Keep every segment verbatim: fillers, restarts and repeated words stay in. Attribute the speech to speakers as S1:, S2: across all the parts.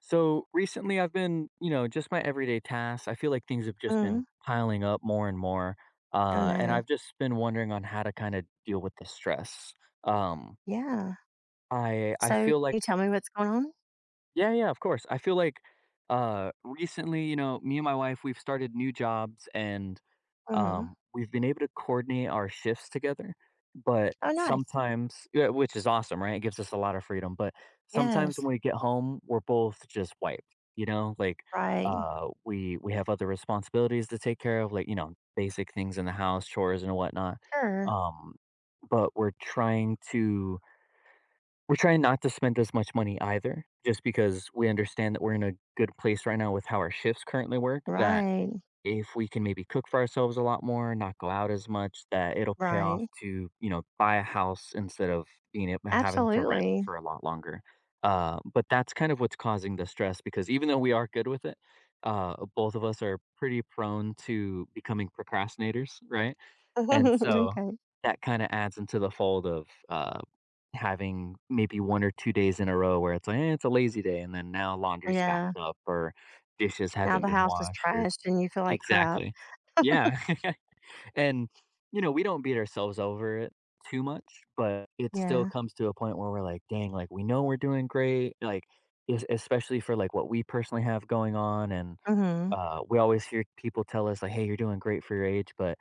S1: So recently, I've been, you know, just my everyday tasks. I feel like things have just
S2: Mhm.
S1: been piling up more and more.
S2: Oh,
S1: Uh, and
S2: no.
S1: I've just been wondering on how to kind of deal with the stress. Um,
S2: Yeah.
S1: I I
S2: So, can
S1: feel like
S2: you tell me what's going on?
S1: yeah, yeah, of course. I feel like uh recently, you know, me and my wife, we've started new jobs. And
S2: Mhm.
S1: um we've been able to coordinate our shifts together, but
S2: Oh, nice.
S1: sometimes, yeah, which is awesome, right? It gives us a lot of freedom, but sometimes
S2: Yes.
S1: when we get home, we're both just wiped, you know? Like
S2: Right.
S1: uh we we have other responsibilities to take care of, like, you know, basic things in the house, chores and whatnot.
S2: Sure.
S1: Um but we're trying to we're trying not to spend as much money either, just because we understand that we're in a good place right now with how our shifts currently work, that
S2: Right.
S1: if we can maybe cook for ourselves a lot more, not go out as much, that it'll pay off
S2: Right.
S1: to, you know, buy a house instead of being ab having to rent
S2: Absolutely.
S1: for a lot longer. Uh, but that's kind of what's causing the stress. Because even though we are good with it, uh, both of us are pretty prone to becoming procrastinators, right? And so
S2: Okay.
S1: that kinda adds into the fold of, uh having maybe one or two days in a row where it's like, "Eh, it's a lazy day," and then now laundry's
S2: Yeah.
S1: backed up or dishes
S2: Now
S1: haven't
S2: the
S1: been
S2: house is
S1: washed, or
S2: trashed and you feel like crap.
S1: exactly. Yeah. And, you know, we don't beat ourselves over it too much, but it still
S2: Yeah.
S1: comes to a point where we're like, dang, like we know we're doing great, like es- especially for like what we personally have going on. And
S2: Mhm.
S1: uh, we always hear people tell us like, "Hey, you're doing great for your age," but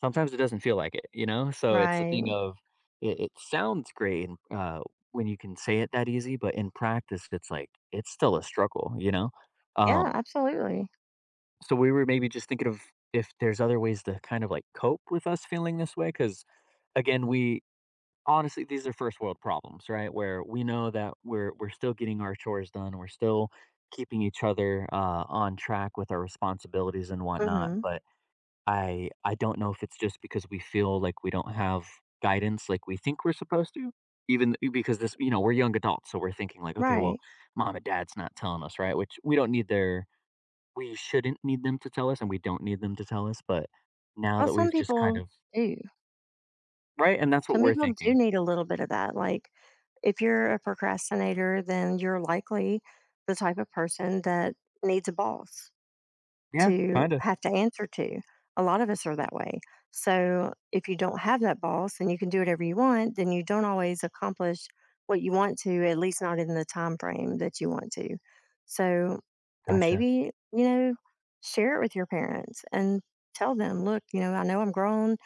S1: sometimes it doesn't feel like it, you know. So it's a
S2: Right.
S1: thing of it, it sounds great and, uh, when you can say it that easy, but in practice, it's like it's still a struggle, you know.
S2: Yeah,
S1: Um,
S2: absolutely.
S1: so we were maybe just thinking of if there's other ways to kind of like cope with us feeling this way. Because again, we honestly, these are first world problems, right? Where we know that we're we're still getting our chores done, we're still keeping each other, uh, on track with our responsibilities and whatnot.
S2: Mhm.
S1: But I I don't know if it's just because we feel like we don't have guidance like we think we're supposed to. Even th- because this, you know, we're young adults, so we're thinking like, okay, well,
S2: Right.
S1: mom and dad's not telling us, right? Which we don't need their, we shouldn't need them to tell us and we don't need them to tell us, but now
S2: Well,
S1: that
S2: some
S1: we've just kind
S2: people
S1: of
S2: do.
S1: right, and that's what
S2: Some
S1: we're
S2: people do
S1: thinking.
S2: need a little bit of that. Like, if you're a procrastinator, then you're likely the type of person that needs a boss
S1: Yeah,
S2: to
S1: kinda.
S2: have to answer to. A lot of us are that way. So if you don't have that boss and you can do whatever you want, then you don't always accomplish what you want to, at least not in the time frame that you want to. So
S1: Gotcha.
S2: maybe, you know, share it with your parents and tell them, look, you know, I know I'm grown,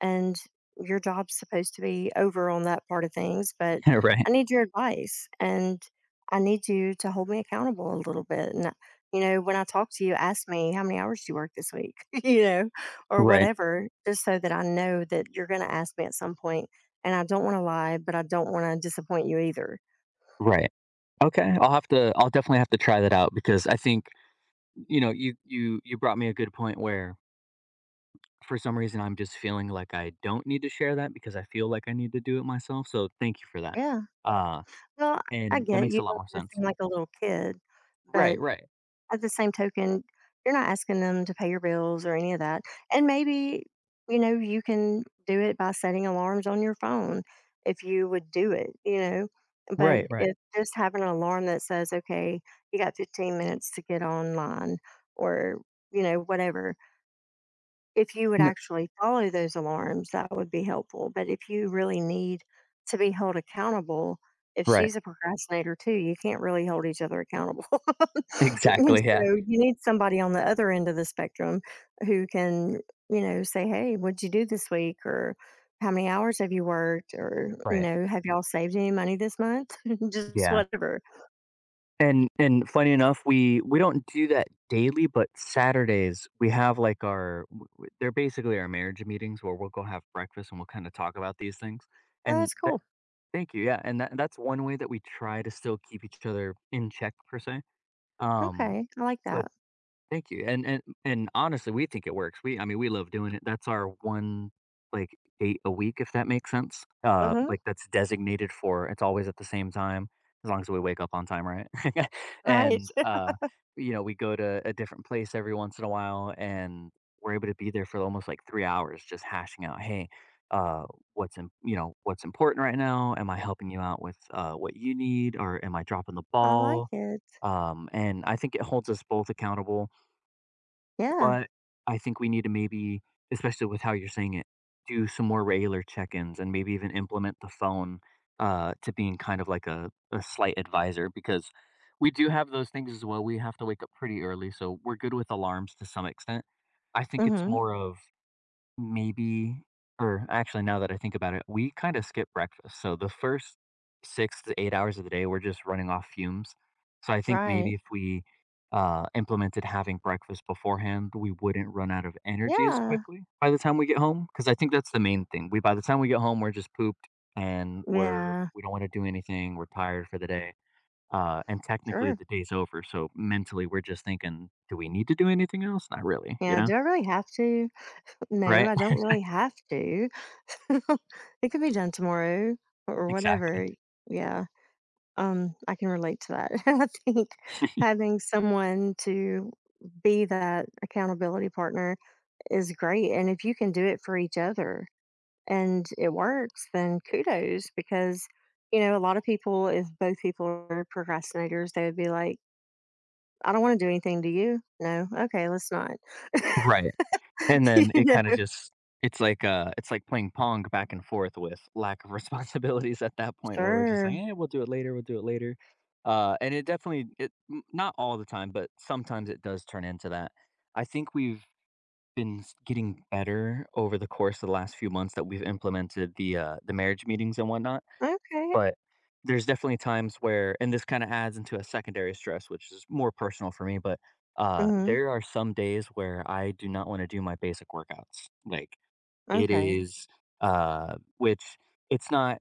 S2: and your job's supposed to be over on that part of things, but
S1: Yeah, right.
S2: I need your advice and I need you to hold me accountable a little bit. And, you know, when I talk to you, ask me how many hours you work this week, you know, or
S1: Right.
S2: whatever, just so that I know that you're going to ask me at some point. And I don't want to lie, but I don't want to disappoint you either.
S1: Right. Okay. I'll have to I'll definitely have to try that out, because I think, you know, you you you brought me a good point where for some reason I'm just feeling like I don't need to share that because I feel like I need to do it myself. So thank you for that.
S2: Yeah.
S1: Uh
S2: Well, I
S1: and that
S2: get
S1: makes
S2: you
S1: a lot
S2: don't
S1: more
S2: wanna
S1: sense.
S2: seem like a little kid, but
S1: Right, right.
S2: at the same token, you're not asking them to pay your bills or any of that. And maybe, you know, you can do it by setting alarms on your phone if you would do it, you know. But
S1: Right, right.
S2: if just having an alarm that says, okay, you got fifteen minutes to get online or, you know, whatever, if you would
S1: No,
S2: actually follow those alarms, that would be helpful, but if you really need to be held accountable, if
S1: right.
S2: she's a procrastinator too, you can't really hold each other accountable, and
S1: Exactly.
S2: so
S1: Yeah.
S2: you need somebody on the other end of the spectrum who can, you know, say, "Hey, what'd you do this week?" or "How many hours have you worked?" or, you
S1: Right.
S2: know, "Have y'all saved any money this month?" Just
S1: Yeah.
S2: whatever.
S1: And and funny enough, we we don't do that daily, but Saturdays we have like our w- w- they're basically our marriage meetings, where we'll go have breakfast and we'll kind of talk about these things.
S2: Oh,
S1: And
S2: that's
S1: that,
S2: cool.
S1: thank you, yeah. And that, that's one way that we try to still keep each other in check, per se. Um,
S2: Okay, I like
S1: but
S2: that.
S1: thank you, and and and honestly, we think it works. We I mean, we love doing it. That's our one, like, date a week, if that makes sense. Uh,
S2: Mhm,
S1: like, that's designated for it's always at the same time, as long as we wake up on time, right?
S2: right.
S1: And, uh, you know, we go to a different place every once in a while, and we're able to be there for almost, like, three hours just hashing out, "Hey, uh, what's in? You know, what's important right now? Am I helping you out with, uh, what you need, or am I dropping the
S2: I like
S1: ball?"
S2: it.
S1: Um, and I think it holds us both accountable.
S2: Yeah.
S1: But I think we need to maybe, especially with how you're saying it, do some more regular check-ins and maybe even implement the phone, uh, to being kind of like a, a slight advisor, because we do have those things as well. We have to wake up pretty early, so we're good with alarms to some extent. I think it's
S2: Mhm,
S1: more of Maybe Or actually, now that I think about it, we kinda skip breakfast, so the first six to eight hours of the day, we're just running off fumes. So I think
S2: right.
S1: maybe if we, uh, implemented having breakfast beforehand, we wouldn't run out of energy as
S2: Yeah,
S1: quickly by the time we get home. Because I think that's the main thing. We By the time we get home, we're just pooped, and we're
S2: yeah,
S1: we don't wanna do anything, we're tired for the day, uh, and technically
S2: sure.
S1: the day's over, so mentally, we're just thinking, "Do we need to do anything else? Not really," you
S2: Yeah,
S1: know?
S2: do I really have to? No,
S1: Right?
S2: I don't really have to. It could be done tomorrow or
S1: Exactly.
S2: whatever. Yeah, um, I can relate to that. I think having someone to be that accountability partner is great. And if you can do it for each other and it works, then kudos because, you know, a lot of people, if both people are procrastinators, they would be like, I don't wanna do anything, to you? No? Okay, let's not.
S1: Right. And then it
S2: Yeah.
S1: kinda just it's like, uh, it's like playing pong back and forth with lack of responsibilities at that point where we're just like,
S2: Sure.
S1: "Eh, we'll do it later, we'll do it later." Uh, and it definitely it n not all the time, but sometimes it does turn into that. I think we've been s getting better over the course of the last few months that we've implemented the, uh, the marriage meetings and whatnot.
S2: Okay.
S1: But there's definitely times where and this kinda adds into a secondary stress, which is more personal for me, but, uh,
S2: Mhm.
S1: there are some days where I do not wanna do my basic workouts. Like, it
S2: Okay.
S1: is, uh which it's not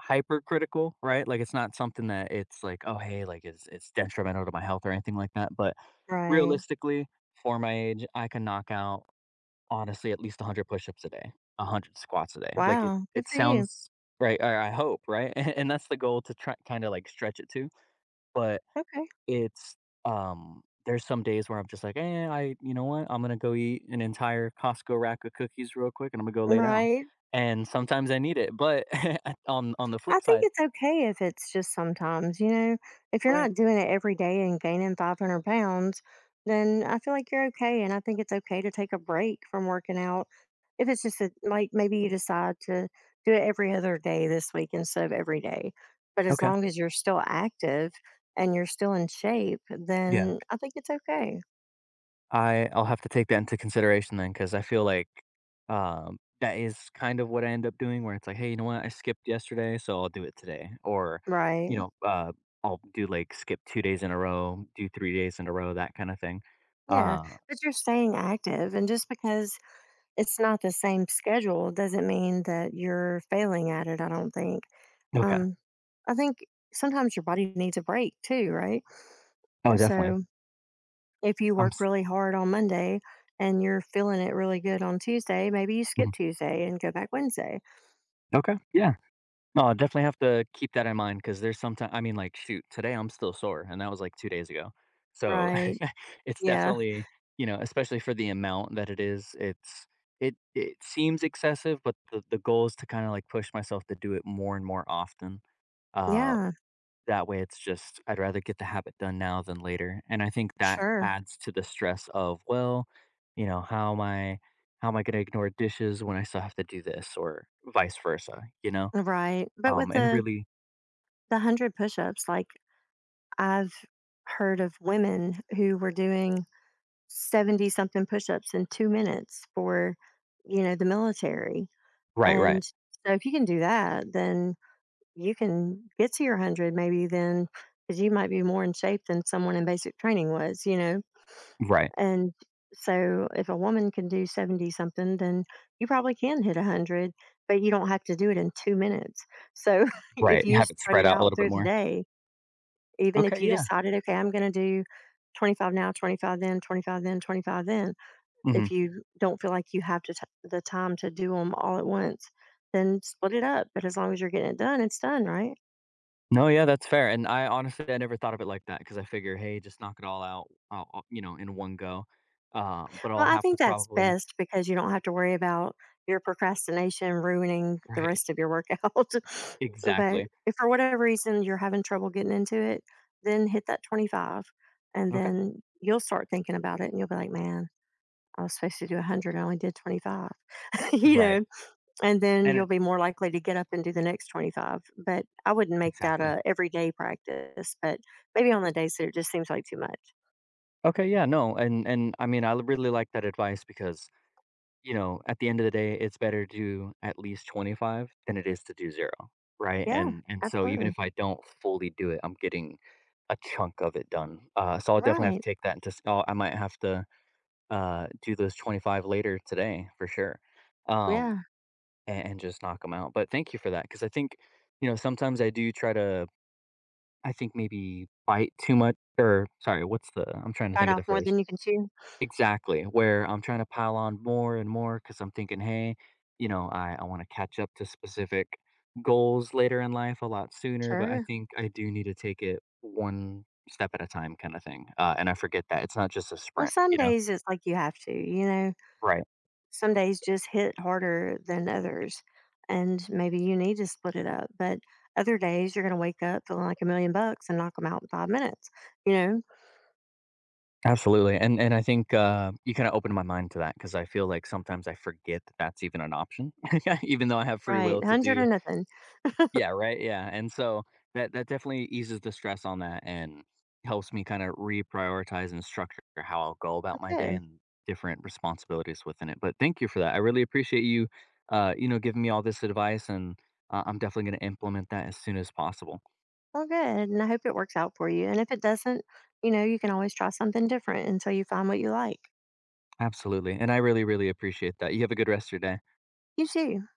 S1: hypercritical, right? Like, it's not something that it's like, "Oh, hey, like, it's it's detrimental to my health or anything like that," but
S2: Right.
S1: realistically, for my age, I can knock out honestly, at least a hundred push-ups a day, a hundred squats a day. Like, it
S2: Wow, good
S1: it
S2: for you.
S1: sounds right, or I hope, right? And that's the goal, to try kinda, like, stretch it to, but
S2: Okay.
S1: it's, um there's some days where I'm just like, "Eh, I you know what? I'm gonna go eat an entire Costco rack of cookies real quick, and I'm gonna go lay down."
S2: Right.
S1: And sometimes I need it, but on on the
S2: I
S1: flip
S2: think
S1: side
S2: it's okay if it's just sometimes, you know, if you're
S1: right.
S2: not doing it every day and gaining five hundred pounds, then I feel like you're okay. And I think it's okay to take a break from working out. If it's just a, like maybe you decide to do it every other day this week instead of every day. But as
S1: Okay.
S2: long as you're still active and you're still in shape,
S1: Yeah.
S2: then I think it's okay.
S1: I I'll have to take that into consideration then, because I feel like, um, that is kind of what I end up doing where it's like, "Hey, you know what? I skipped yesterday, so I'll do it today." Or, you
S2: Right.
S1: know, uh, I'll do, like, skip two days in a row, do three days in a row, that kinda thing.
S2: Yeah.
S1: Uh,
S2: But you're staying active. And just because it's not the same schedule doesn't mean that you're failing at it, I don't think.
S1: okay.
S2: Um, I think sometimes your body needs a break too, right?
S1: Oh, definitely.
S2: So if you
S1: I'm
S2: work
S1: s
S2: really hard on Monday and you're feeling it really good on Tuesday, maybe you skip
S1: Mhm.
S2: Tuesday and go back Wednesday.
S1: Okay. Yeah. No, I'll definitely have to keep that in mind, because there's sometimes, I mean, like, shoot, today I'm still sore, and that was like two days ago. So
S2: Right.
S1: it's
S2: Yeah.
S1: definitely, you know, especially for the amount that it is, it's it it seems excessive, but the the goal is to kind of like push myself to do it more and more often. Uh,
S2: Yeah.
S1: that way, it's just I'd rather get the habit done now than later, and I think that
S2: Sure.
S1: adds to the stress of well, you know, how am I how am I going to ignore dishes when I still have to do this, or vice versa, you know.
S2: Right. But
S1: Um,
S2: with
S1: and
S2: the
S1: really
S2: the hundred push-ups, like I've heard of women who were doing seventy something push-ups in two minutes for, you know, the military,
S1: right, right,
S2: and so if you can do that, then you can get to your hundred maybe then because you might be more in shape than someone in basic training was, you know,
S1: right,
S2: and so if a woman can do seventy something, then you probably can hit hundred, but you don't have to do it in two minutes, so if
S1: right.
S2: you
S1: Have it
S2: spread it
S1: spread out a
S2: out
S1: little bit
S2: through the
S1: more.
S2: day, even if
S1: Okay,
S2: you
S1: yeah.
S2: decided, "Okay, I'm gonna do twenty-five now, twenty-five then, twenty-five then, twenty-five then,"
S1: Mhm.
S2: if you don't feel like you have to t- the time to do them all at once, then split it up. But as long as you're getting it done, it's done, right?
S1: No, yeah, that's fair, and I honestly, I never thought of it like that, because I figure, "Hey, just knock it all out, uh, uh, you know, in one go." Uh, but
S2: Well,
S1: I'll
S2: I
S1: have to
S2: think that's
S1: probably
S2: best because you don't have to worry about your procrastination ruining the
S1: right.
S2: rest of your workout. But
S1: Exactly.
S2: if for whatever reason you're having trouble getting into it, then hit that twenty-five and
S1: Okay.
S2: then you'll start thinking about it and you'll be like, man, I was supposed to do a hundred. I only did twenty-five. You
S1: Right.
S2: know, and then
S1: And
S2: you'll
S1: it
S2: be more likely to get up and do the next twenty-five, but I wouldn't make that
S1: exactly.
S2: a everyday practice, but maybe on the days that it just seems like too much.
S1: Okay, yeah, no, and and I mean, I really like that advice, because you know, at the end of the day, it's better to do at least twenty-five than it is to do zero, right?
S2: Yeah,
S1: And and so even
S2: absolutely,
S1: if I don't fully do it, I'm getting a chunk of it done. Uh, so I'll definitely have to
S2: right,
S1: take that into s- oh, I might have to uh, do those twenty-five later today for sure. Um,
S2: yeah.
S1: and, and just knock them out. But thank you for that, because I think, you know, sometimes I do try to I think maybe bite too much, or sorry, what's the I'm trying to
S2: Bite
S1: think of
S2: off
S1: the
S2: more
S1: phrase.
S2: than you can chew.
S1: Exactly, where I'm trying to pile on more and more because 'cause I'm thinking, "Hey, you know, I I wanna catch up to specific goals later in life a lot sooner," but I
S2: Sure.
S1: think I do need to take it one step at a time kinda thing, uh, and I forget that it's not just a
S2: Well,
S1: sprint,
S2: some
S1: you know?
S2: days it's like you have to, you know,
S1: Right.
S2: some days just hit harder than others, and maybe you need to split it up, but other days you're going to wake up feeling like a million bucks and knock them out in five minutes, you know.
S1: Absolutely, and and I think, uh, you kinda opened my mind to that, because I feel like sometimes I forget that that's even an option, even though I have free
S2: Right,
S1: will to
S2: a hundred
S1: do
S2: or nothing.
S1: yeah, right, yeah, and so that that definitely eases the stress on that, and helps me kinda reprioritize and structure how I'll go about my day
S2: Good.
S1: and different responsibilities within it. But thank you for that, I really appreciate you, uh, you know, giving me all this advice, and I I'm definitely gonna implement that as soon as possible.
S2: Well, good. And I hope it works out for you. And if it doesn't, you know, you can always try something different until you find what you like.
S1: Absolutely, and I really, really appreciate that. You have a good rest of your day.
S2: You too.